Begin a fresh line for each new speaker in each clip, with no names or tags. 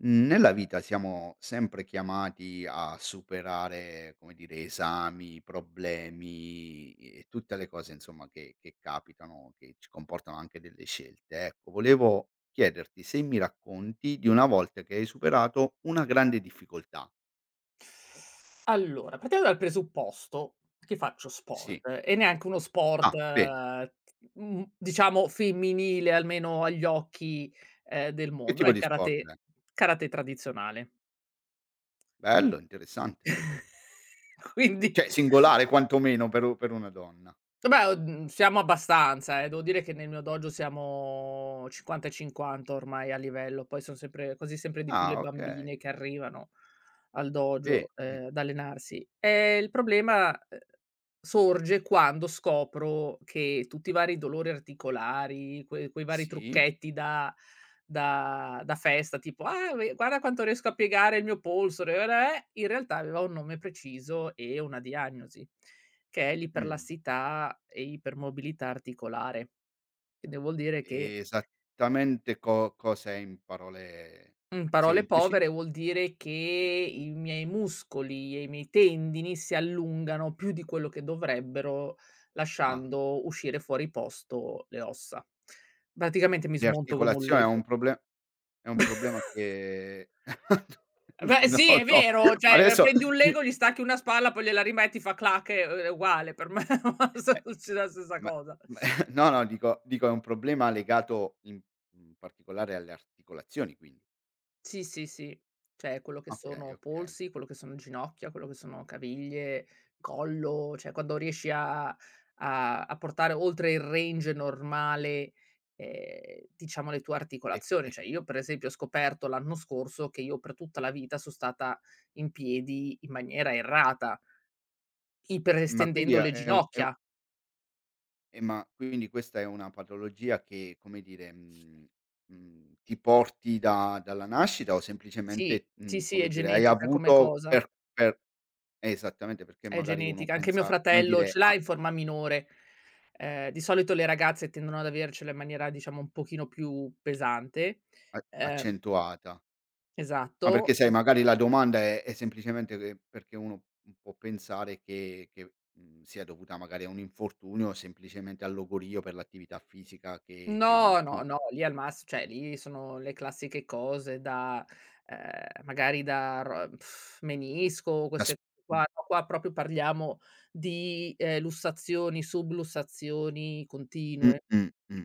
Nella vita siamo sempre chiamati a superare, come dire, esami, problemi e tutte le cose insomma che capitano, che ci comportano anche delle scelte. Ecco, volevo chiederti se mi racconti di una volta che hai superato una grande difficoltà.
Allora, partiamo dal presupposto che faccio
Sì.
sport e neanche uno sport,
Ah, bene.
mhmm, diciamo femminile, almeno agli occhi, del
Che
mondo,
tipo
è
di sport
karate
è?
karate tradizionale.
Bello, interessante.
Quindi
Cioè singolare quantomeno per una donna.
Vabbè, siamo abbastanza, eh. Devo dire che nel mio dojo siamo 50 e 50 ormai a livello, poi son sempre così sempre di più le
Ah,
bambine
okay.
che arrivano al
Bene,
dojo,
bene.
ad allenarsi. Il problema, sorge quando scopro che tutti i vari dolori articolari, quei vari
Sì.
trucchetti da festa, tipo: "Ah, ve guarda quanto riesco a piegare il mio polso", in realtà aveva un nome preciso e una diagnosi. Che è
Mh.
l'iperlassità e ipermobilità articolare. Quindi vuol dire che
Esattamente co cos'è in parole
in parole
semplici?
povere, vuol dire che i miei muscoli e i miei tendini si allungano più di quello che dovrebbero,
Ah,
lasciando uscire fuori posto le ossa. Praticamente mi
di
smonto come un
articolazione è
Lego.
un proble è un problema che
Beh
no,
sì, è
no,
vero,
ma
cioè,
adesso
prendi un
mi
Lego, gli stacchi una spalla, poi gliela rimetti, fa clac, e è uguale per me, succede la stessa
ma
cosa.
ma no, no, dico è un problema legato in particolare alle articolazioni, quindi.
Sì, sì, sì. Cioè quello che
Okay,
sono
okay.
polsi, quello che sono ginocchia, quello che sono caviglie, collo, cioè quando riesci a portare oltre il range normale, diciamo le tue
E
articolazioni. Cioè io per esempio ho scoperto l'anno scorso che io per tutta la vita son stata in piedi in maniera errata,
ma quindi
iperestendendo le
è un
ginocchia.
Ma quindi questa è una patologia che, come dire, ti porti da dalla nascita o
Sì,
semplicemente,
sì, sì, è
come dire, hai
genetica come
avuto
cosa.
per esattamente, perché
È
magari uno
genetica. Anche mio
pensa, come
fratello
dire,
ce l'ha
a
in forma minore. Di solito le ragazze tendono ad avercela in maniera, diciamo, un pochino più pesante.
a
Ehm
accentuata. Ma perché
esatto.
sai, magari la domanda è semplicemente che perché uno, può pensare che, sia dovuta magari a un infortunio o semplicemente al logorio per l'attività fisica che uno
No,
fa.
no, no, lì al mass cioè lì sono le classiche cose da magari da ro menisco,
Da
queste
sp
cose qua. No, qua proprio parliamo di, lussazioni, sublussazioni continue.
Mh-mh.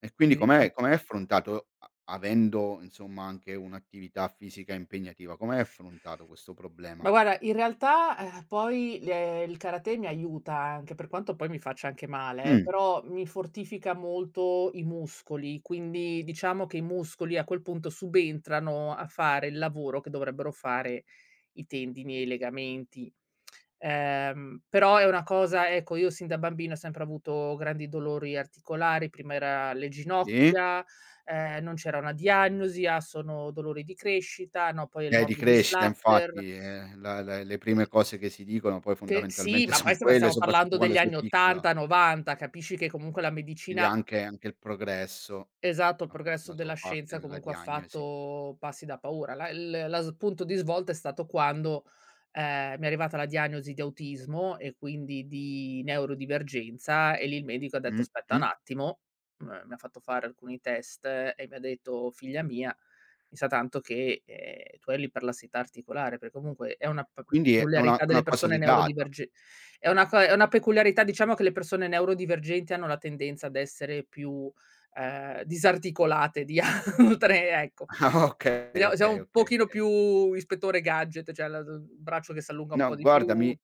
E quindi com'è com'hai affrontato, a avendo insomma anche un'attività fisica impegnativa, come hai affrontato questo
Ma
problema?
guarda, in realtà, poi le il karate mi aiuta anche, per quanto poi mi faccia anche male,
Mh,
però mi fortifica molto i muscoli, quindi diciamo che i muscoli a quel punto subentrano a fare il lavoro che dovrebbero fare i tendini e i legamenti. Però è una cosa ecco, io sin da bambina ho sempre avuto grandi dolori articolari, prima era le
sì.
ginocchia, non c'era una diagnosi: "Ah, sono dolori di crescita", no, poi è il
Di
morbo di
crescita,
Schlatter.
infatti, la la le prime cose che si dicono poi,
Che sì,
fondamentalmente,
ma
son
poi stiamo
quelle,
stiamo
soprattutto
parlando
quando
degli
sei
anni
piccola,
'80, '90, capisci che comunque la
quindi
medicina.
anche il progresso
Esatto, il
ha fatto
progresso
la
della
sua parte
scienza
nella
comunque ha
diagnosi.
fatto passi da paura. La il la s punto di svolta è stato quando, mi è arrivata la diagnosi di autismo e quindi di neurodivergenza e lì il medico ha detto: "Aspetta un
Mh-mh.
attimo", mi ha fatto fare alcuni test e mi ha detto: "Figlia mia, mi sa tanto che, tu hai l'iperlassità articolare", perché comunque è una p
Quindi è una
peculiarità
una
delle
cosa
persone
legata.
neurodiverge è una peculiarità diciamo che le persone neurodivergenti hanno la tendenza ad essere più disarticolate di altre, ecco.
Ah, okay,
Siamo
okay,
un
okay,
pochino
okay.
più ispettore gadget, cioè la l braccio che s'allunga un po'
No,
di
guarda,
più.
mi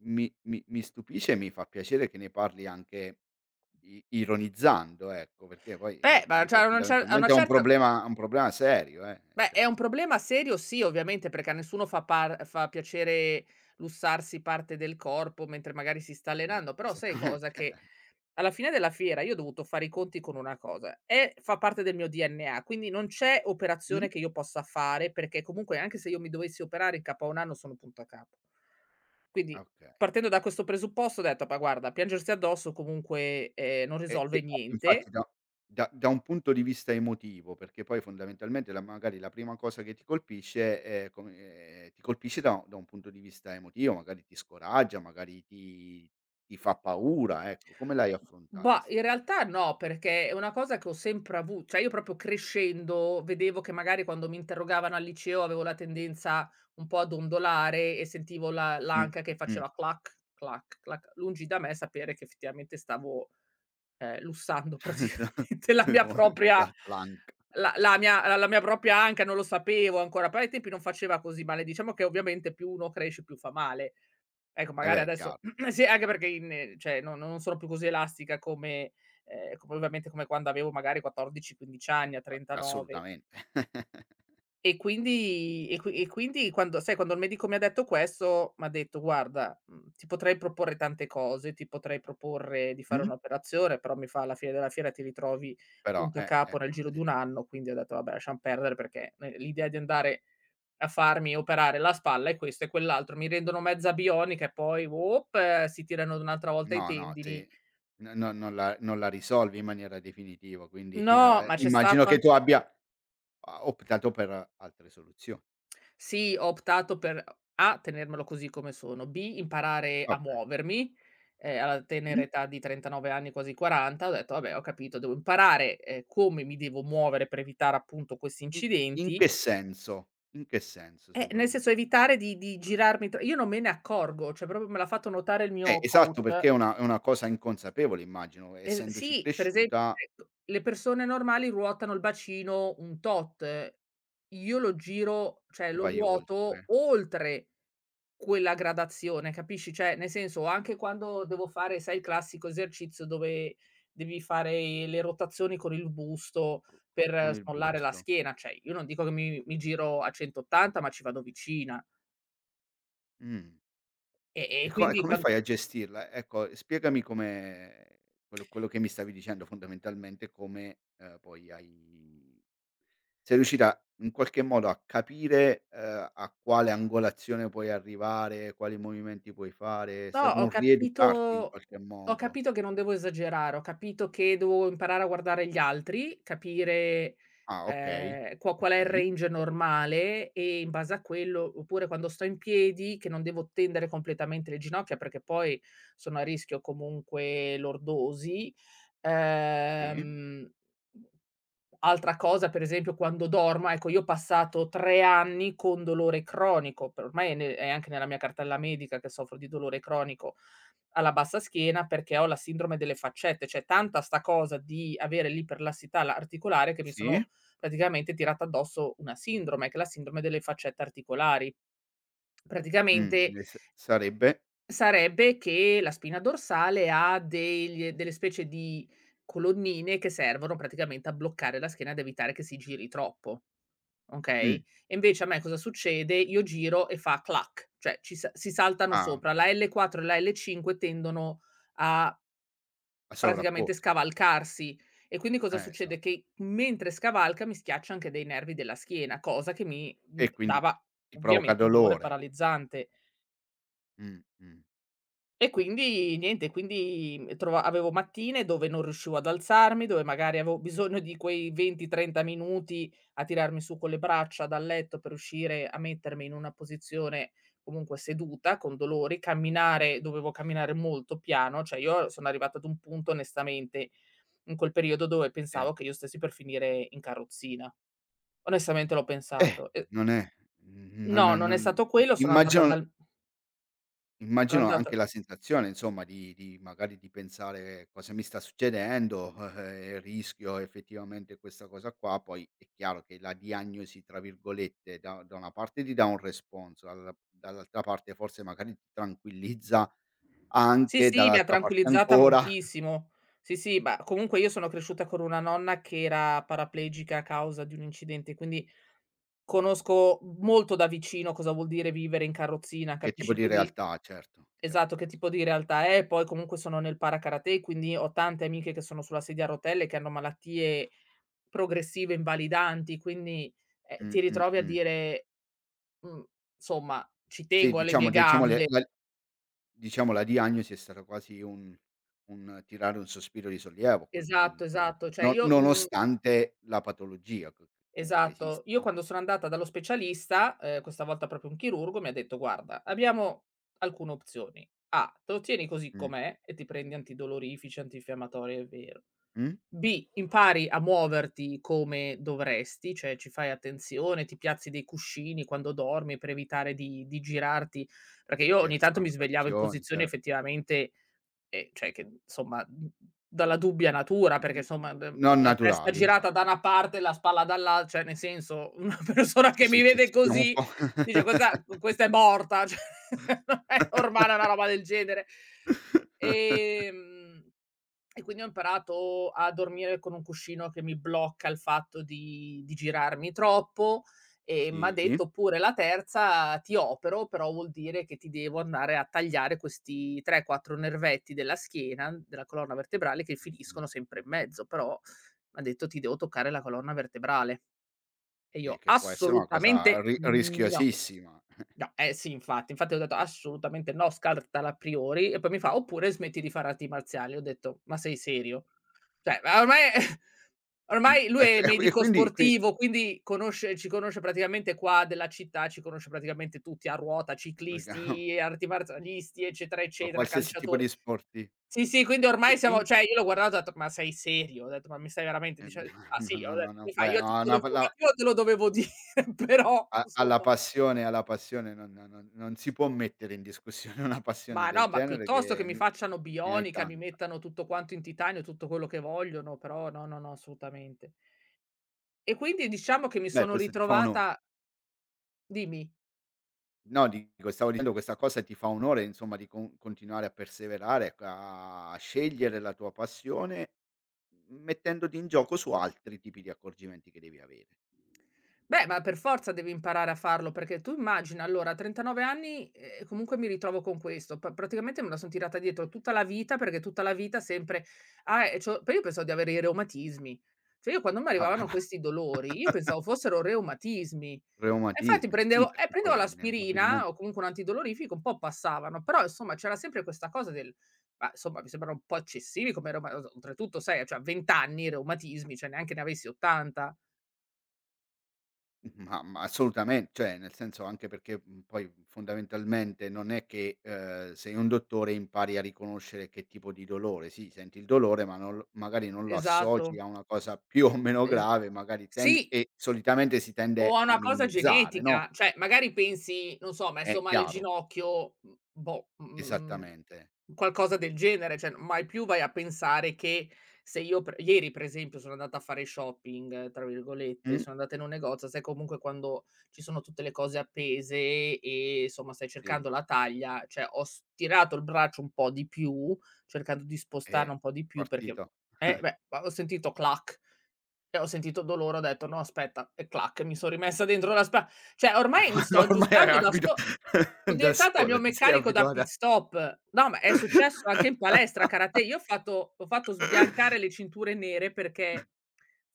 Mi mi mi stupisce e mi fa piacere che ne parli anche i ironizzando, ecco, perché poi,
Beh, ma cioè
comunque
a una cer a una
fondamentalmente è un
certa
problema è un problema serio,
beh,
cioè,
è un problema serio sì, ovviamente, perché a nessuno fa piacere lussarsi parte del corpo mentre magari si sta allenando, però sai
esattamente.
cosa, che Alla fine della fiera io ho dovuto fare i conti con una cosa: è fa parte del mio DNA, quindi non c'è
Mh?
operazione che io possa fare, perché comunque anche se io mi dovessi operare in capo a 1 anno sono punto a capo. Quindi
Okay.
partendo da questo presupposto ho detto: "Ma guarda, piangersi addosso comunque, non
E
risolve
e
niente,
infatti, da un punto di vista emotivo, perché poi fondamentalmente la magari la prima cosa che ti colpisce è come ti colpisce da un punto di vista emotivo, magari ti scoraggia, magari ti fa paura, ecco. Come l'hai affrontata
Bah,
s
in realtà no, perché è una cosa che ho sempre avu cioè io proprio crescendo vedevo che magari quando mi interrogavano al liceo avevo la tendenza un po' ad ondolare e sentivo la
mh,
l'anca che
mh.
faceva clac, clac, clac. Lungi da me sapere che effettivamente stavo, lussando
Esa
praticamente la mia propria
esatto, l'anca.
la la mia propria anca, non lo sapevo ancora, però ai tempi non faceva così male. Diciamo che ovviamente più uno cresce più fa male. Ecco,
Eh
magari
beh,
adesso
chiaro,
sì, anche perché in cioè no non sono più così elastica come come ovviamente come quando avevo magari 14, 15 anni, a
a
39.
assolutamente.
E quindi e qui e quindi quando sai, quando il medico mi ha detto questo, m'ha detto: "Guarda, ti potrei proporre tante cose, ti potrei proporre di fare
Mh?
un'operazione, però mi fa alla fine della fiera ti ritrovi
Però,
punto e capo nel
ecco,
giro di
se
1 anno." Quindi ho detto: "Vabbè, lasciam perdere perché, l'idea di andare a farmi operare la spalla e questo e quell'altro, mi rendono mezza bionica e poi si tirano un'altra volta i
no, no,
tendini.
se no no, non la risolvi in maniera definitiva, quindi,
No, ma c'è
immagino
stato
che
anche
tu abbia, optato per altre soluzioni.
sì, ho optato per A, tenermelo così come sono, B, imparare a
Okay.
muovermi, alla tenera
Mh?
età di 39 anni, quasi 40, ho detto: "Vabbè, ho capito, devo imparare, come mi devo muovere per evitare appunto questi
I in che
incidenti."
senso? In che senso, se
Nel
vuoi
senso
spiega.
evitare di girarmi tro io non me ne accorgo, cioè proprio me l'ha fatto notare il mio
Esatto,
coach
perché è una cosa inconsapevole, immagino,
Es
essendoci
sì, per esempio
cresciuta
ecco, le persone normali ruotano il bacino un tot. Io lo giro, cioè lo
vai
ruoto
oltre
oltre quella gradazione, capisci? Cioè, nel senso, anche quando devo fare, sai, il classico esercizio dove devi fare le rotazioni con il busto
co co
per
con il
Smollare la
gusto.
schiena, cioè io non dico che mi giro a 180, ma ci vado vicina.
Mh.
E
E
quindi
come
quan
fai a gestirla? Ecco, spiegami come, quello che mi stavi dicendo fondamentalmente, come, poi hai sei riuscita in qualche modo a capire, a quale angolazione puoi arrivare, quali movimenti puoi fare; è
No,
stato un rieducarti in qualche
ho
modo.
capito che non devo esagerare, ho capito che devo imparare a guardare gli altri, capire,
Ah, okay,
qual è il
okay,
range normale e in base a quello oppure quando sto in piedi che non devo tendere completamente le ginocchia perché poi sono a rischio comunque lordosi.
sì,
Ehm Altra cosa, per esempio, quando dormo, ecco, io ho passato 3 anni con dolore cronico, per ormai è ne è anche nella mia cartella medica che soffro di dolore cronico alla bassa schiena perché ho la sindrome delle faccette, cioè tanta sta cosa di avere l'iperlassità la articolare che mi
sì,
sono praticamente tirata addosso una sindrome, che è la sindrome delle faccette articolari. Praticamente
mh. E s sarebbe?
Sarebbe che la spina dorsale ha degli delle specie di colonnine che servono praticamente a bloccare la schiena ed evitare che si giri troppo,
Mh.
okay, e invece a me cosa succede? Io giro e fa clac, cioè ci sa si saltano
Ah,
sopra. La
okay,
L4 e la L5 tendono a
a
praticamente
sovrapporsi in qualche mo
scavalcarsi e quindi cosa
esa
succede? Che mentre scavalca mi schiaccia anche dei nervi della schiena, cosa che mi,
e quindi
dava
ti provoca
ovviamente un dolore
dolore.
paralizzante.
Mh, mh,
E quindi niente, quindi mhmm, trova avevo mattine dove non riuscivo ad alzarmi, dove magari avevo bisogno di quei 20, 30 minuti a tirarmi su con le braccia dal letto per riuscire a mettermi in una posizione comunque seduta, con dolori, camminare dovevo camminare molto piano, cioè io sono arrivata ad un punto onestamente in quel periodo dove
sì.
pensavo che io stessi per finire in carrozzina. Onestamente l'ho
Eh,
pensato. E
non è non
no,
è
non è
non
stato
i
quello, sono andata
immagino
dal, sono
immagino
andata,
anche la sensazione, insomma, di magari di pensare: "Cosa mi sta succedendo? Rischio effettivamente questa cosa qua." Poi è chiaro che la diagnosi, tra virgolette, da una parte ti dà un responso, dall'altra parte forse magari ti tranquillizza
sì,
anche,
sì, mi ha
dall'altra parte
tranquillizzata
ancora
moltissimo. Sì, sì, ma comunque io sono cresciuta con una nonna che era paraplegica a causa di un incidente, quindi conosco molto da vicino cosa vuol dire vivere in carrozzina,
che tipo
capisci?
di
Quindi
realtà, certo,
esatto,
certo,
che tipo di
assolutamente.
realtà è. Poi comunque sono nel para-karate, quindi ho tante amiche che sono sulla sedia a rotelle, che hanno malattie progressive invalidanti, quindi,
Mh,
ti
mh,
ritrovi a
mh.
dire, mhmm, insomma: "Ci
Sì,
tengo alle mie
diciamo diciamo le
gambe."
la Diciamo la diagnosi è stata quasi un tirare un sospiro di sollievo a quel
Esatto,
punto,
esatto. Cioè
no
io, mhmm
nonostante la patologia che comunque
Esatto.
esiste,
Io
no,
quando sono andata dallo specialista, questa volta proprio un chirurgo, mi ha detto: "Guarda, abbiamo alcune opzioni: A: te lo tieni così
mh,
com'è e ti prendi antidolorifici, antinfiammatori, è vero.
mh?
B: impari a muoverti come dovresti, cioè ci fai attenzione, ti piazzi dei cuscini quando dormi per evitare di girarti", perché io
Di
ogni tanto
extra
mi svegliavo in
rotazione,
posizione
cer
effettivamente e cioè che insomma, dalla dubbia natura, perché
mh-mh,
insomma
non
la testa
naturali,
girata
esatto.
da una parte e la spalla dall'a cioè nel senso, una persona
Sì,
che
sì,
mi
sì,
vede
sì, siamo un
così
po'.
dice: "Questa è morta", cioè non è normale una roba del genere. Ehm e quindi ho imparato a dormire con un cuscino che mi blocca il fatto di girarmi troppo. E m'ha
Sì,
detto pure: "La terza ti opero, però vuol dire che ti devo andare a tagliare questi 3, 4 nervetti della schiena, della colonna vertebrale che finiscono sempre in mezzo, però". M'ha detto: "Ti devo toccare la colonna vertebrale." E
che
io:
che può essere una cosa
"Assolutamente
ri
no."
rischiosissima.
No, eh sì, infatti, infatti ho detto: "Assolutamente no, scartala a priori." E poi mi fa: "Oppure smetti di fare arti marziali." Ho detto: "Ma sei serio?" Cioè, ma ormai ormai lui
E
è
e qui e
medico
quindi qui.
sportivo, quindi conosce ci conosce praticamente qua della città, ci conosce praticamente tutti, a ruota, ciclisti, arti marzialisti, eccetera, eccetera,
Qualsiasi tipo di
calciatori.
sport, sì.
Sì, sì, quindi
E
ormai
quin
siamo cioè io l'ho guardato e ho detto: "Ma sei serio?" Ho detto: "Ma mi stai veramente
Eh,
dice" "Ma
no,
sì", ho
no, no,
detto,
no,
mi fa:
poi
"Io a
a
titolo
una palla
informativo te lo dovevo dire, però
a
insomma".
alla passione non si può mettere in discussione. Una passione
Ma
del
no, ma
genere
piuttosto che
che
mi
mi
facciano
ne hai
bionica, mi
tanta.
mettano tutto quanto in titanio, tutto quello che vogliono, però no, no, no, assolutamente. E quindi diciamo che mi
Beh,
sono
questo ti fa ono
ritrovata dimmi.
no, dico, stavo dicendo, questa cosa ti fa onore, insomma, di continuare a perseverare, ecco, a scegliere la tua passione, mettendoti in gioco su altri tipi di accorgimenti che devi avere.
Beh, ma per forza devi imparare a farlo, perché tu immagina allora a 39 anni, comunque mi ritrovo con questo, pa praticamente me la son tirata dietro tutta la vita, perché tutta la vita sempre: "Ah, c'ho" poi io pensavo di avere i reumatismi. Cioè io quando mi arrivavano questi dolori, io pensavo fossero reumatismi. E infatti
Reumatismi, eh sì,
prendevo
perché
prendevo
poi inevitabilmen.
l'aspirina o comunque un antidolorifico, un po' passavano, però insomma c'era sempre questa cosa del ma insomma mi sembrano un po' eccessivi come reuma o oltretutto sai, cioè a 20 anni reumatismi, cioè neanche ne avessi 80.
Ma assolutamen Cioè, nel senso, anche perché, poi fondamentalmente non è che, sei un dottore e impari a riconoscere che tipo di dolore. Sì, senti il dolore, ma non l magari non lo associ
Esatto.
a una cosa più o meno
Es
grave, magari tendi
Sì.
e solitamente si
O
tende
a
a
una cosa
minimizzare, no,
genetica, cioè magari pensi, non so,
è
messo male il
chiaro,
ginocchio, mhmm, boh, mhmm,
esattamente.
qualcosa del genere, cioè mai più vai a pensare che se io pre ieri per esempio sono andata a fare shopping, tra virgolette,
Mh,
sono andata in un negozio, sai comunque quando ci sono tutte le cose appese e insomma stai
sì,
cercando la taglia, cioè ho stirato il braccio un po' di più, cercando di spostarlo
eh,
un po' di più perché
partito.
eh beh, ho sentito clac. E ho sentito dolore, ho detto: "No aspetta" e clac, mi son rimessa dentro la spa cioè ormai mi sto
Ormai hai
aggiustando da so,
abito
sono
da
diventata il mio
sola, ti sei
meccanico da pit
abituata.
stop. No, ma è successo anche in palestra karate. Io ho fatto sbiancare le cinture nere perché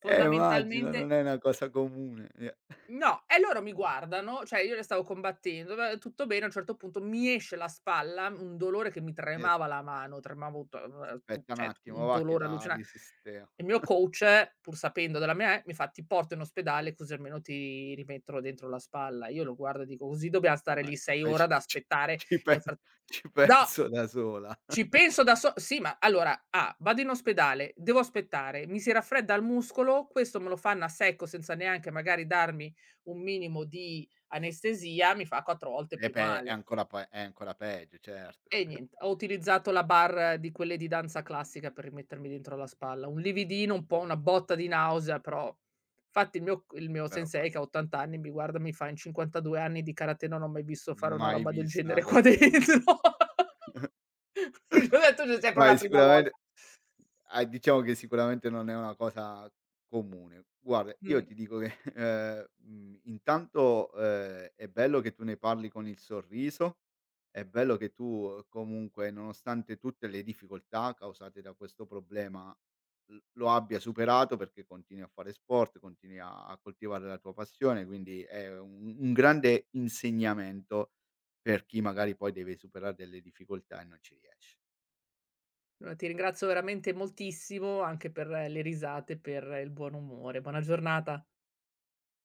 Immagino, non è una cosa comune, eh.
no, e loro mi guardano, cioè io le stavo combattendo, va tutto bene, a un certo punto mi esce la spalla, un dolore che mi
Eh
tremava la mano, tremavo ut tu
Aspetta un
cioè
attimo,
un
va che
dolore
la
allucina
risistema.
il mio coach, pur sapendo della mia, mi fa: "Ti porto in ospedale così almeno ti rimettono dentro la spalla". Io lo guardo e dico: "Così dobbiam stare
Vai,
lì
ci
6
pe
ore
ci
ad
ci
aspettare"
ci
e
pe
infa
ci
no!
penso da sola.
Ci penso da so sì, ma allora: A: vado in ospedale, devo aspettare, mi si raffredda il muscolo, questo me lo fanno a secco senza neanche magari darmi un minimo di anestesia, mi fa 4 volte
E
più
beh, è
male.
ancora pe è ancora peggio certo.
E nient ho utilizzato la barra di quelle di danza classica per rimettermi dentro la spalla. Un lividino, un po' una botta di nausea, però fatti il mio
Però guarda,
sensei che ha 80 anni mi guarda e mi fa: "In 52 anni di karate non ho mai visto fare una
mai
roba del
vista una
genere qua
cosa del ge
dentro." Gli ho detto: "C'è sempre
Vai
una prima
sicuramente.
volta".
Ah, diciamo che sicuramente non è una cosa comune. Guarda, io
Mh.
ti dico che, intanto, è bello che tu ne parli con il sorriso, è bello che tu, comunque, nonostante tutte le difficoltà causate da questo problema, l lo abbia superato, perché continui a fare sport, continui a coltivare la tua passione, quindi è un grande insegnamento per chi magari poi deve superare delle difficoltà e non ci riesce.
No, ti ringrazio veramente moltissimo anche per le risate, per il buon umore. Buona giornata.